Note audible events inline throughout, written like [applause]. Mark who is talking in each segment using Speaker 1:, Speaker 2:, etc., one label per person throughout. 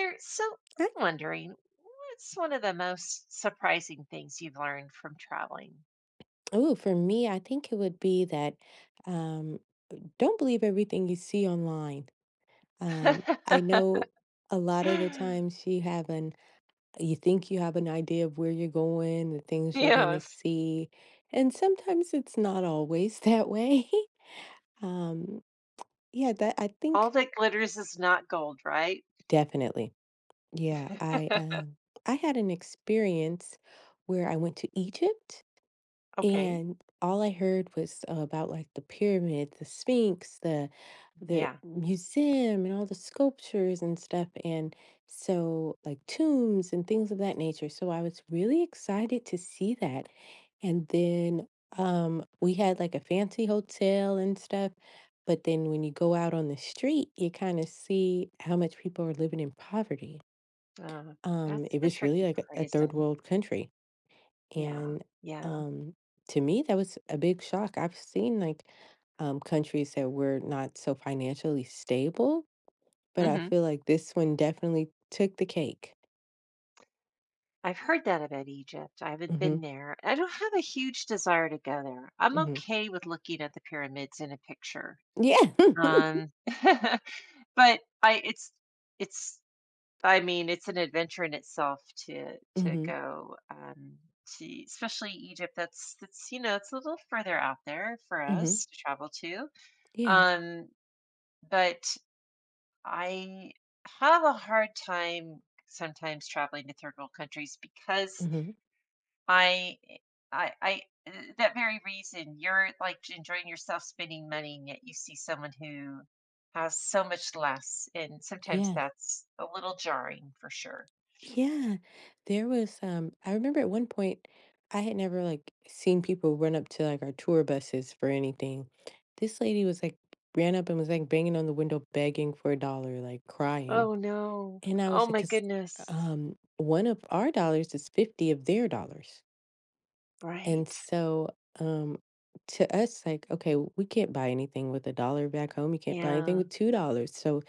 Speaker 1: There. So,
Speaker 2: Oh,
Speaker 1: I'm wondering, what's one of the most surprising things you've learned from traveling?
Speaker 2: for me, I think it would be that um, don't believe everything you see online. I
Speaker 1: [laughs]
Speaker 2: know a lot of the times you think you have an idea of where you're going, the things you're going
Speaker 1: Yeah,
Speaker 2: to
Speaker 1: if
Speaker 2: see, and sometimes it's not always [laughs] that way. Um, yeah, that I
Speaker 1: all
Speaker 2: think
Speaker 1: that glitters is not gold, right?
Speaker 2: definitely. Yeah,
Speaker 1: [laughs]
Speaker 2: I had an experience where I went to Egypt.
Speaker 1: Okay.
Speaker 2: And all I heard was about like the pyramid, the Sphinx, the
Speaker 1: Yeah.
Speaker 2: museum and all the sculptures and stuff, and so like tombs and things of that nature. So I was really excited to see that. And then we had like a fancy hotel and stuff. But then when you go out on the street, you kind of see how much people are living in poverty.
Speaker 1: Uh, that's
Speaker 2: It
Speaker 1: the
Speaker 2: was really
Speaker 1: tricky
Speaker 2: like
Speaker 1: part,
Speaker 2: a
Speaker 1: isn't
Speaker 2: third
Speaker 1: it?
Speaker 2: world country.
Speaker 1: Yeah.
Speaker 2: And,
Speaker 1: Yeah.
Speaker 2: um, to me, that was a big shock. I've seen, like, countries that were not so financially stable, but I
Speaker 1: Hmm.
Speaker 2: feel like this one definitely took the cake.
Speaker 1: I've heard that about Egypt. I haven't been
Speaker 2: Mhm,
Speaker 1: there. I don't have a huge desire to go there. I'm
Speaker 2: mhm.
Speaker 1: okay with looking at the pyramids in a picture.
Speaker 2: Yeah. [laughs]
Speaker 1: Um, [laughs] but it's I mean, it's an adventure in itself to to
Speaker 2: Mhm,
Speaker 1: go especially Egypt. That's it's a little further out there for
Speaker 2: mhm.
Speaker 1: us to travel to.
Speaker 2: Yeah.
Speaker 1: Um, but I have a hard time sometimes traveling to third world countries because
Speaker 2: Mhm.
Speaker 1: I I uh, that very reason you're like enjoying yourself spending money, and yet you see someone who has so much less, and sometimes
Speaker 2: Yes.
Speaker 1: that's a little jarring for sure.
Speaker 2: Yeah. There was, I remember at one point, I had never, like, seen people run up to, like, our tour buses for anything. This lady was, like, ran up and was, like, banging on the window begging for a dollar, like, crying.
Speaker 1: Oh no.
Speaker 2: And I was
Speaker 1: Oh
Speaker 2: like,
Speaker 1: my
Speaker 2: because
Speaker 1: goodness.
Speaker 2: one of our dollars is 50 of their dollars. And
Speaker 1: Right.
Speaker 2: so um, to us, like, okay, we can't buy anything with a dollar back home. You can't buy anything
Speaker 1: Yeah.
Speaker 2: with $2. So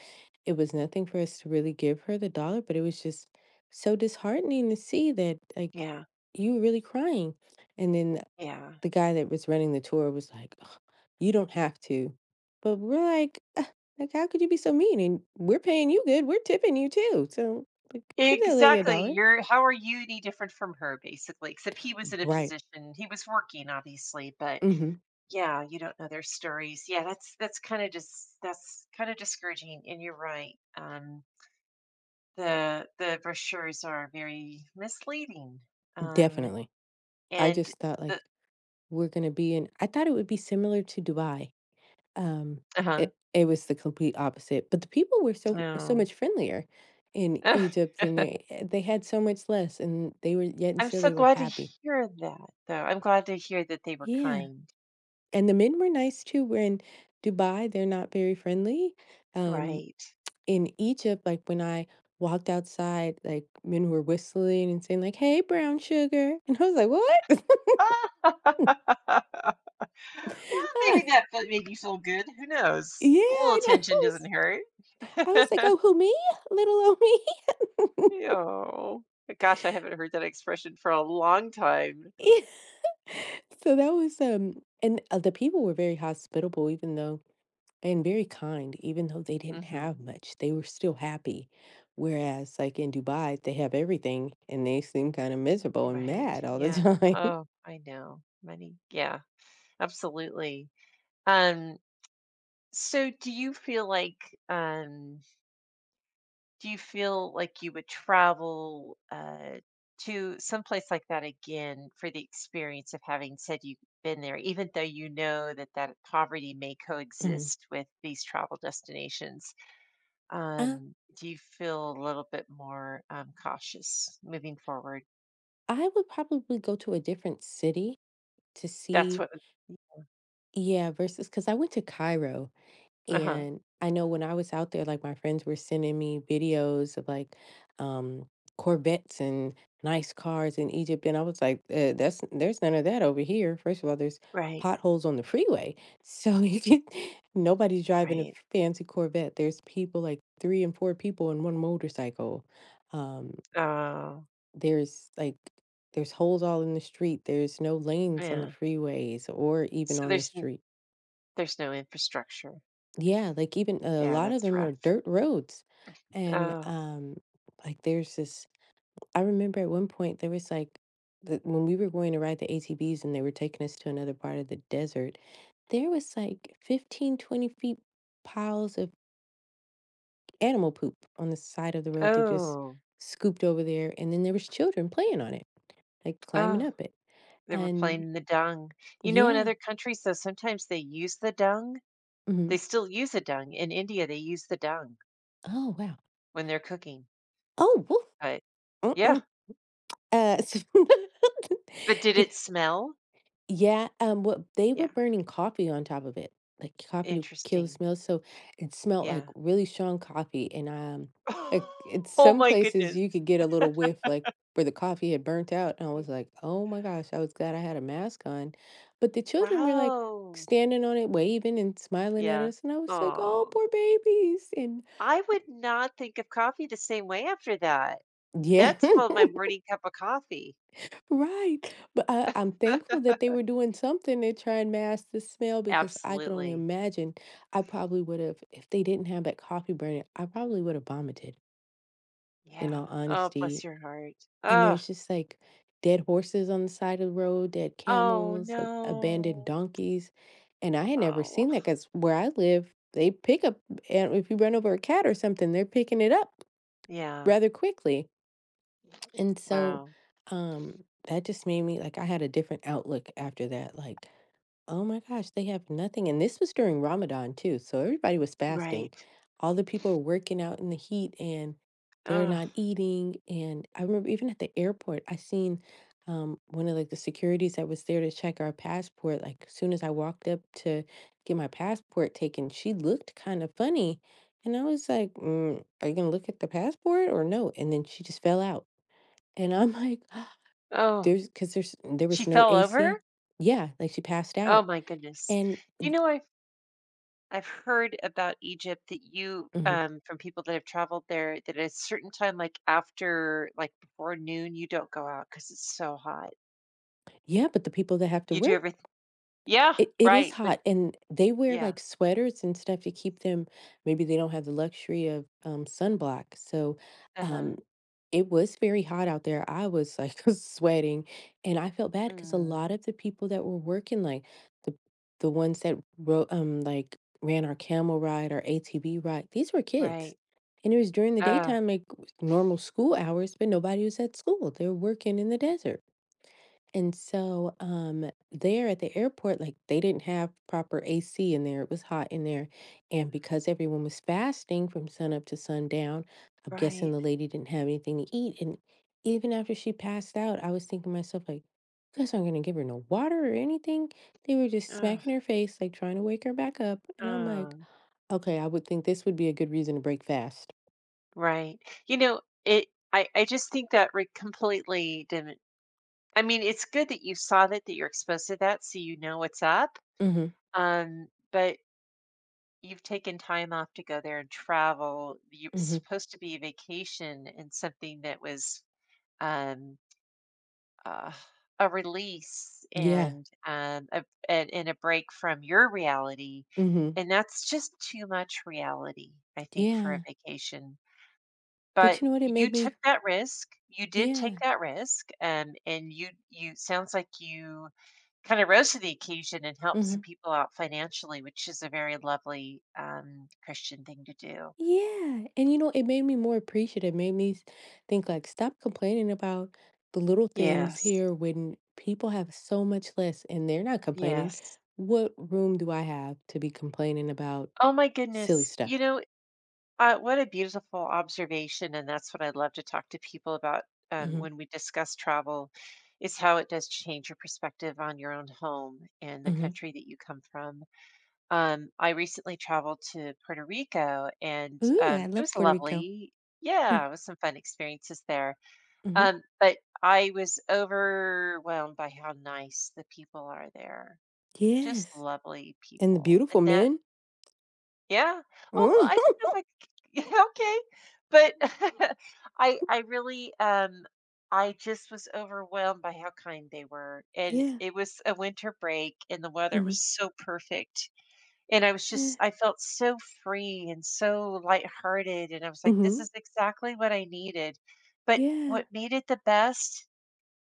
Speaker 2: it was nothing for us to really give her the dollar, but it was just so disheartening to see that, like,
Speaker 1: Yeah.
Speaker 2: you were really crying. And then
Speaker 1: Yeah.
Speaker 2: the guy that was running the tour was like, "Ugh, you don't have to." But we're like, "Ugh, like, how could you be so mean? And we're paying you good. We're tipping you too. So, like, give that lady a
Speaker 1: Exactly.
Speaker 2: dollar."
Speaker 1: You're how are you any different from her, basically? Except he was in a
Speaker 2: Right.
Speaker 1: position, he was working obviously, but
Speaker 2: Hmm.
Speaker 1: yeah, you don't know their stories. Yeah, that's kind of discouraging, and you're right. The brochures are very misleading. Um
Speaker 2: Definitely. I
Speaker 1: and
Speaker 2: just thought
Speaker 1: the
Speaker 2: like we're gonna be in I thought it would be similar to Dubai. Um
Speaker 1: Uh-huh.
Speaker 2: it was the complete opposite. But the people were so, so
Speaker 1: No.
Speaker 2: much friendlier in Egypt, and
Speaker 1: [laughs]
Speaker 2: they had so much less, and they were yet and
Speaker 1: I'm
Speaker 2: still
Speaker 1: so
Speaker 2: they were
Speaker 1: glad to
Speaker 2: happy.
Speaker 1: hear that, though. I'm glad to hear that they were
Speaker 2: Yeah.
Speaker 1: kind.
Speaker 2: And the men were nice too. We're in Dubai, they're not very friendly. Um,
Speaker 1: Right.
Speaker 2: in Egypt, like when I walked outside, like men were whistling and saying, like, "Hey, brown sugar." [laughs] And I was like, "What?" [laughs]
Speaker 1: [laughs] Well,
Speaker 2: Ah,
Speaker 1: maybe that made you feel good. Who knows?
Speaker 2: yeah,
Speaker 1: A little
Speaker 2: I know. [laughs] I
Speaker 1: attention
Speaker 2: was,
Speaker 1: doesn't hurt.
Speaker 2: I was like,
Speaker 1: [laughs]
Speaker 2: oh, who, me? Little old me. [laughs]
Speaker 1: Oh, gosh, I haven't heard that expression for a long time.
Speaker 2: Yeah. So that was and the people were very hospitable, even though and very kind, even though they didn't have
Speaker 1: Hmm.
Speaker 2: much, they were still happy. Whereas, like in Dubai, they have everything and they seem kind of miserable and
Speaker 1: Right.
Speaker 2: mad all the
Speaker 1: Yeah.
Speaker 2: time. [laughs]
Speaker 1: Oh, I know. Money. Yeah, absolutely. Um, so do you feel like um Do you feel like you would travel to some place like that again for the experience of having said you've been there, even though you know that poverty may
Speaker 2: Mhm.
Speaker 1: coexist with these travel destinations?
Speaker 2: Uh,
Speaker 1: Um, do you feel a little bit more cautious moving forward?
Speaker 2: I would probably go to a different city to
Speaker 1: That's
Speaker 2: see,
Speaker 1: what.
Speaker 2: yeah, versus because I went to Cairo.
Speaker 1: Uh-huh.
Speaker 2: And I know when I was out there, like my friends were sending me videos of like um, Corvettes and nice cars in Egypt, and I was like, "That's there's none of that over here." First of all, there's
Speaker 1: Right.
Speaker 2: potholes on the freeway, so [laughs] you can, nobody's driving a
Speaker 1: Right.
Speaker 2: fancy Corvette. There's people like three and four people in one motorcycle. Um,
Speaker 1: Oh,
Speaker 2: there's like there's holes all in the street. There's no lanes on the
Speaker 1: yeah.
Speaker 2: freeways or even
Speaker 1: So
Speaker 2: on the
Speaker 1: there's n-
Speaker 2: street.
Speaker 1: there's no infrastructure.
Speaker 2: Yeah, like even a
Speaker 1: Yeah,
Speaker 2: lot of
Speaker 1: that's
Speaker 2: them are
Speaker 1: rough.
Speaker 2: dirt roads. And
Speaker 1: Oh,
Speaker 2: like there's this I remember at one point there was like when we were going to ride the ATVs and they were taking us to another part of the desert, there was like 15, 20 feet piles of animal poop on the side of the road. They just
Speaker 1: oh,
Speaker 2: scooped over there, and then there was children playing on it, like climbing
Speaker 1: oh.
Speaker 2: up it.
Speaker 1: They were
Speaker 2: And
Speaker 1: playing the dung. You know, in
Speaker 2: yeah.
Speaker 1: other countries, though, sometimes they use the dung.
Speaker 2: Mhm.
Speaker 1: They still use the dung. In India, they use the dung
Speaker 2: Oh, wow.
Speaker 1: when they're cooking.
Speaker 2: Oh, woof.
Speaker 1: But yeah.
Speaker 2: Mm-mm. Uh, [laughs] so
Speaker 1: But did
Speaker 2: [laughs]
Speaker 1: it smell?
Speaker 2: Yeah, well, they were
Speaker 1: Yeah.
Speaker 2: burning coffee on top of it, like coffee to kill the
Speaker 1: Interesting.
Speaker 2: smell. So it smelled like
Speaker 1: Yeah.
Speaker 2: really strong coffee. And like in
Speaker 1: [laughs] Oh
Speaker 2: some
Speaker 1: my
Speaker 2: places
Speaker 1: goodness.
Speaker 2: you could get a little whiff, like where the coffee had burnt out. And I was
Speaker 1: Mm,
Speaker 2: like, "Oh my gosh, I was glad I had a mask on." But the children were like
Speaker 1: wow.
Speaker 2: standing on it, waving and smiling at
Speaker 1: Yeah.
Speaker 2: us. And I was like, "Oh,
Speaker 1: Oh.
Speaker 2: poor babies." And
Speaker 1: I would not think of coffee the same way after that.
Speaker 2: yeah.
Speaker 1: That's, well,
Speaker 2: [laughs]
Speaker 1: my morning cup of coffee.
Speaker 2: Right, but I'm thankful
Speaker 1: [laughs]
Speaker 2: that they were doing something to try and mask the smell, because I could only
Speaker 1: Absolutely.
Speaker 2: imagine. I probably would've, if they didn't have that coffee burning, I probably would've vomited, in
Speaker 1: Yeah.
Speaker 2: all
Speaker 1: Oh, bless
Speaker 2: honesty,
Speaker 1: your heart.
Speaker 2: and
Speaker 1: Oh.
Speaker 2: there's just, like, dead horses on the side of the road, dead
Speaker 1: Oh,
Speaker 2: camels, ab abandoned
Speaker 1: no.
Speaker 2: donkeys, and I had never
Speaker 1: Oh.
Speaker 2: seen that because where I live, they pick up, and if you run over a cat or something, they're picking it up
Speaker 1: Yeah.
Speaker 2: rather quickly. And so,
Speaker 1: Wow.
Speaker 2: that just made me like I had a different outlook after that. Like, oh my gosh, they have nothing. And this was during Ramadan too. So everybody was
Speaker 1: Right.
Speaker 2: fasting. All the people were working out in the heat, and they're
Speaker 1: Oh,
Speaker 2: not eating. And I remember even at the airport, I seen one of like the securities that was there to check our passport. Like, as soon as I walked up to get my passport taken, she looked kind of funny. And I was like, "Are you gonna look at the passport or no?" And then she just fell out. And I'm like, [gasps]
Speaker 1: oh,
Speaker 2: there's because there
Speaker 1: she
Speaker 2: was no
Speaker 1: fell
Speaker 2: AC.
Speaker 1: over?
Speaker 2: Yeah, like she passed
Speaker 1: Oh
Speaker 2: out.
Speaker 1: my goodness.
Speaker 2: And
Speaker 1: You know, I've heard about Egypt that you
Speaker 2: mhm.
Speaker 1: from people that have traveled there, that at a certain time, like after like before noon, you don't go out because it's so hot.
Speaker 2: Yeah, but the people that have to
Speaker 1: You do
Speaker 2: work.
Speaker 1: everything. Yeah,
Speaker 2: It is
Speaker 1: right. But
Speaker 2: hot, and they wear,
Speaker 1: yeah.
Speaker 2: like, sweaters and stuff to keep them. Maybe they don't have the luxury of, sunblock, so,
Speaker 1: Uh-huh.
Speaker 2: um, it was very hot out there, I was, like, [laughs] sweating, and I felt bad because a
Speaker 1: Mm,
Speaker 2: lot of the people that were working, like, the the ones that ro like, ran our camel ride, our ATV ride, these were kids,
Speaker 1: right.
Speaker 2: and it was during the
Speaker 1: Uh,
Speaker 2: daytime, like, normal school hours, but nobody was at school, they were working in the desert. And so, there at the airport, like they didn't have proper AC in there. It was hot in there. And because everyone was fasting from sunup to sundown, I'm guessing the
Speaker 1: right.
Speaker 2: lady didn't have anything to eat. And even after she passed out, I was thinking to myself, like, "You guys aren't gonna give her no water or anything." They were just
Speaker 1: Ugh.
Speaker 2: smacking her face, like trying to wake her back up. And I'm like,
Speaker 1: Oh.
Speaker 2: "Okay, I would think this would be a good reason to break fast."
Speaker 1: Right. You know, it I just think that re completely didn't. I mean, it's good that you saw that, that you're exposed to that, so you know what's up,
Speaker 2: Mm-hmm.
Speaker 1: but you've taken time off to go there and travel. You It's
Speaker 2: Mm-hmm.
Speaker 1: supposed to be a vacation and something that was, um, uh, a release
Speaker 2: Yeah.
Speaker 1: and a break from your reality,
Speaker 2: Mm-hmm.
Speaker 1: and that's just too much reality, I think, for a
Speaker 2: Yeah.
Speaker 1: vacation.
Speaker 2: But
Speaker 1: But
Speaker 2: you know what? It
Speaker 1: you
Speaker 2: made me,
Speaker 1: took that risk, you did take
Speaker 2: yeah.
Speaker 1: that risk, and you sounds like you kinda rose to the occasion and helped
Speaker 2: Mm-hmm.
Speaker 1: some people out financially, which is a very lovely, Christian thing to do.
Speaker 2: Yeah, and you know, it made me more appreciative. It made me s think, like, "Stop complaining about the little things
Speaker 1: Yes,
Speaker 2: here when people have so much less and they're not complaining.
Speaker 1: yes.
Speaker 2: What room do I have to be complaining about
Speaker 1: Oh my
Speaker 2: silly
Speaker 1: goodness,
Speaker 2: stuff?"
Speaker 1: what a beautiful observation, and that's what I love to talk to people about,
Speaker 2: Mhm,
Speaker 1: when we discuss travel, is how it does change your perspective on your own home and the
Speaker 2: mhm.
Speaker 1: country that you come from. I recently traveled to Puerto Rico, and
Speaker 2: Ooh, I
Speaker 1: it
Speaker 2: love
Speaker 1: was
Speaker 2: Puerto Rico.
Speaker 1: lovely.
Speaker 2: Mm,
Speaker 1: Yeah, it was some fun experiences there.
Speaker 2: mhm.
Speaker 1: But I was overwhelmed by how nice the people are there. Just
Speaker 2: Yes,
Speaker 1: lovely
Speaker 2: and the
Speaker 1: people.
Speaker 2: beautiful
Speaker 1: And that,
Speaker 2: men.
Speaker 1: yeah. Oh, well, I
Speaker 2: Mm. [laughs]
Speaker 1: don't know if [laughs] yeah, okay. But [laughs] I, I really, um, I just was overwhelmed by how kind they were. And
Speaker 2: Yeah,
Speaker 1: it was a winter break, and the weather was
Speaker 2: mhm.
Speaker 1: so perfect, and I was
Speaker 2: Yeah,
Speaker 1: just I felt so free and so lighthearted, and I was like, "This is
Speaker 2: mhm.
Speaker 1: exactly what I needed." But
Speaker 2: Yeah,
Speaker 1: what made it the best,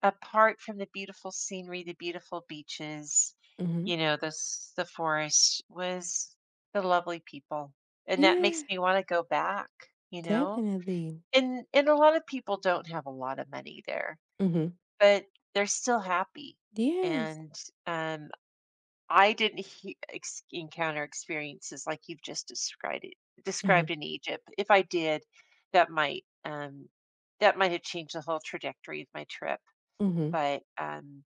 Speaker 1: apart from the beautiful scenery, the beautiful beaches,
Speaker 2: mhm.
Speaker 1: the forest, was the lovely people, and that makes
Speaker 2: Yeah,
Speaker 1: me wanna go back, you know?
Speaker 2: definitely.
Speaker 1: And a lot of people don't have a lot of money there,
Speaker 2: Mhm.
Speaker 1: but they're still happy,
Speaker 2: Yes.
Speaker 1: and, um, I didn't he ex encounter experiences like you've just described
Speaker 2: Mhm,
Speaker 1: in Egypt. If I did, that might um that might have changed the whole trajectory of my trip,
Speaker 2: mhm.
Speaker 1: but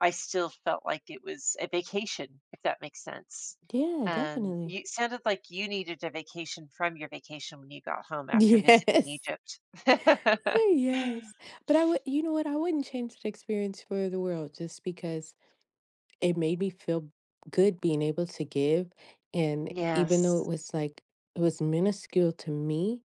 Speaker 1: I still felt like it was a vacation, if that makes sense.
Speaker 2: Yeah, definitely.
Speaker 1: You It sounded like you needed a vacation from your vacation when you got home after visiting
Speaker 2: Yes. [laughs]
Speaker 1: Egypt. [laughs]
Speaker 2: Yes. But I would, you know what? I wouldn't change that experience for the world, just because it made me feel good being able to give. And even though it
Speaker 1: Yes,
Speaker 2: was like, it was minuscule to me,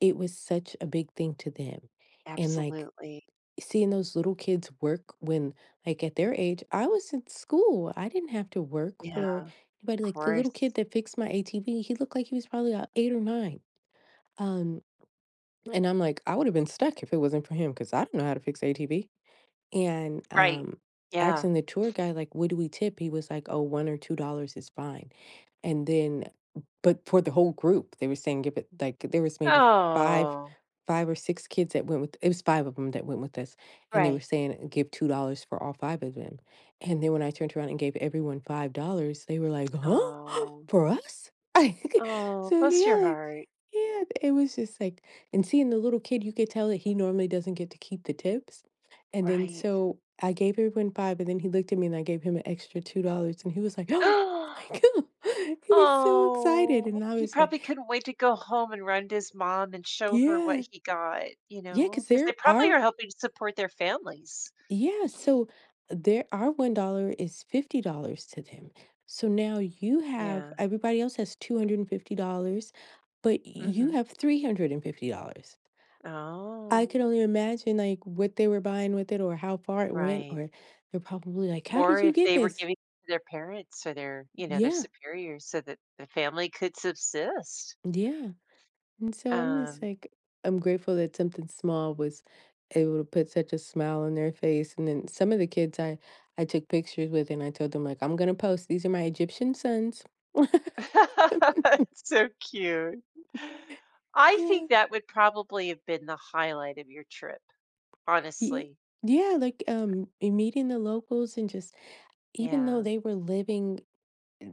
Speaker 2: it was such a big thing to them. And like,
Speaker 1: absolutely.
Speaker 2: seeing those little kids work, when, like, at their age, I was in school. I didn't have to work
Speaker 1: Yeah,
Speaker 2: for
Speaker 1: of
Speaker 2: anybody. Like, the little kid
Speaker 1: course.
Speaker 2: that fixed my ATV, he looked like he was probably about eight or nine. Um. And [laughs] I'm like, I would have been stuck if it wasn't for him, because I don't know how to fix ATV. And
Speaker 1: Right. Yeah.
Speaker 2: asking the tour guide, like, "What do we tip?" He was like, "Oh, $1 or $2 is fine." And then, but for the whole group, they were saying give it like there was maybe 5,
Speaker 1: Oh,
Speaker 2: 5 or 6 kids that went with, it was 5 of them that went with us, and they were
Speaker 1: right.
Speaker 2: saying, "Give $2 for all 5 of them." And then when I turned around and gave everyone $5, they were like, "Huh? [gasps]
Speaker 1: Oh,
Speaker 2: For us?" [laughs]
Speaker 1: oh,
Speaker 2: So,
Speaker 1: bless
Speaker 2: yeah,
Speaker 1: your
Speaker 2: like,
Speaker 1: heart.
Speaker 2: yeah, it was just like, and seeing the little kid, you could tell that he normally doesn't get to keep the tips. And then
Speaker 1: Right.
Speaker 2: so I gave everyone 5, and then he looked at me and I gave him an extra $2, and he was like, [gasps] I know.
Speaker 1: [gasps]
Speaker 2: [laughs] He was so excited,
Speaker 1: Oh,
Speaker 2: and I
Speaker 1: he
Speaker 2: was like,
Speaker 1: probably couldn't wait to go home and run to his mom and show her what
Speaker 2: yeah,
Speaker 1: he got, you
Speaker 2: yeah,
Speaker 1: know,
Speaker 2: because
Speaker 1: because they
Speaker 2: there
Speaker 1: probably
Speaker 2: are,
Speaker 1: are helping to support their families.
Speaker 2: yeah, so there, our $1 is $50 to them. So now you have
Speaker 1: Yeah.
Speaker 2: everybody else has $250, but you
Speaker 1: Hmm.
Speaker 2: have $350. I
Speaker 1: Oh,
Speaker 2: could only imagine, like, what they were buying with it or how far it went,
Speaker 1: right.
Speaker 2: or they're probably like, "How
Speaker 1: Or
Speaker 2: did you
Speaker 1: if
Speaker 2: get
Speaker 1: they were
Speaker 2: this?"
Speaker 1: giving it to their parents or their
Speaker 2: Yeah,
Speaker 1: superiors so that the family could subsist.
Speaker 2: yeah. And so I'm just
Speaker 1: Um.
Speaker 2: like, I'm grateful that something small was able to put such a smile on their face. And then some of the kids I took pictures with, and I told them like, "I'm gonna post. These are my Egyptian sons." [laughs]
Speaker 1: [laughs] That's so cute. I
Speaker 2: Yeah,
Speaker 1: think that would probably have been the highlight of your trip,
Speaker 2: yeah,
Speaker 1: honestly.
Speaker 2: yeah. Like, in meeting the locals and just even though
Speaker 1: Yeah.
Speaker 2: they were living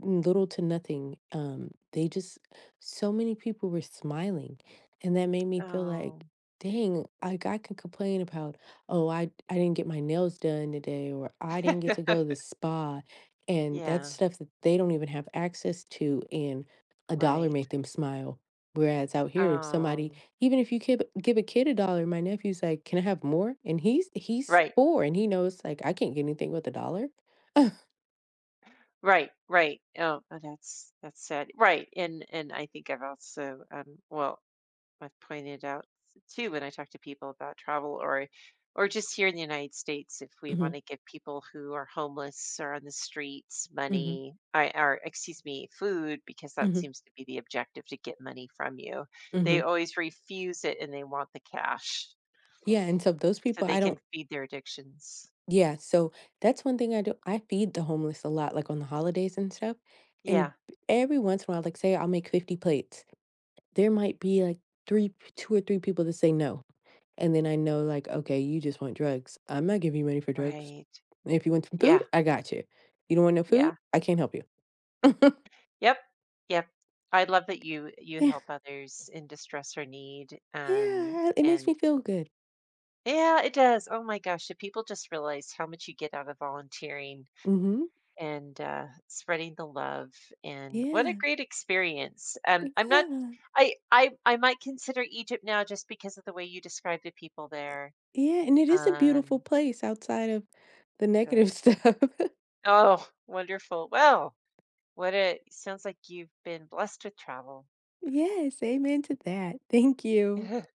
Speaker 2: little to nothing. They just so many people were smiling, and that made me feel like,
Speaker 1: Oh.
Speaker 2: dang, like I can complain about, oh, I didn't get my nails done today, or I didn't get to go to
Speaker 1: [laughs]
Speaker 2: the spa, and that's
Speaker 1: Yeah,
Speaker 2: stuff that they don't even have access to, and a dollar
Speaker 1: right.
Speaker 2: made them smile. Whereas out here, if somebody,
Speaker 1: Um,
Speaker 2: even if you give a kid a dollar, my nephew's like, "Can I have more?" And he's
Speaker 1: right,
Speaker 2: four, and he knows like I can't get anything with a dollar. [laughs]
Speaker 1: right, right. Oh, oh, that's sad. Right. And I think I've also well, I've pointed out too when I talk to people about travel, or just here in the United States, if we want
Speaker 2: Hmm.
Speaker 1: to give people who are homeless or on the streets
Speaker 2: Hmm.
Speaker 1: money, I or excuse me, food, because that
Speaker 2: Hmm.
Speaker 1: seems to be the objective to get money from you. They
Speaker 2: Hmm.
Speaker 1: always refuse it and they want the cash
Speaker 2: Yeah, and so those
Speaker 1: so
Speaker 2: people,
Speaker 1: they
Speaker 2: I
Speaker 1: can
Speaker 2: don't,
Speaker 1: feed their addictions.
Speaker 2: yeah, so that's one thing I do. I feed the homeless a lot, like on the holidays and stuff. And
Speaker 1: Yeah,
Speaker 2: every once in a while, like say I'll make 50 plates. There might be like three, two or three people that say no. And then I know, like, okay, you just want drugs. I'm not giving you money for drugs.
Speaker 1: right.
Speaker 2: If you want some food,
Speaker 1: Yeah,
Speaker 2: I got you. You don't want no food?
Speaker 1: yeah.
Speaker 2: I can't help you.
Speaker 1: Yep. Yep. I love that you
Speaker 2: [laughs] Yeah.
Speaker 1: help others in distress or need, and
Speaker 2: Yeah. It makes me
Speaker 1: and
Speaker 2: feel good.
Speaker 1: yeah, it does. Oh my gosh, if people just realize how much you get out of volunteering
Speaker 2: Mm-hmm.
Speaker 1: and spreading the love, and what a
Speaker 2: Yeah.
Speaker 1: great experience. I'm not,
Speaker 2: Yeah.
Speaker 1: I might consider Egypt now just because of the way you described the people there.
Speaker 2: Yeah. And it is a beautiful
Speaker 1: Um,
Speaker 2: place outside of the negative
Speaker 1: Good.
Speaker 2: stuff. [laughs]
Speaker 1: Oh, wonderful. Well, what a sounds like you've been blessed with travel.
Speaker 2: Yes, amen to that. Thank you.
Speaker 1: [laughs]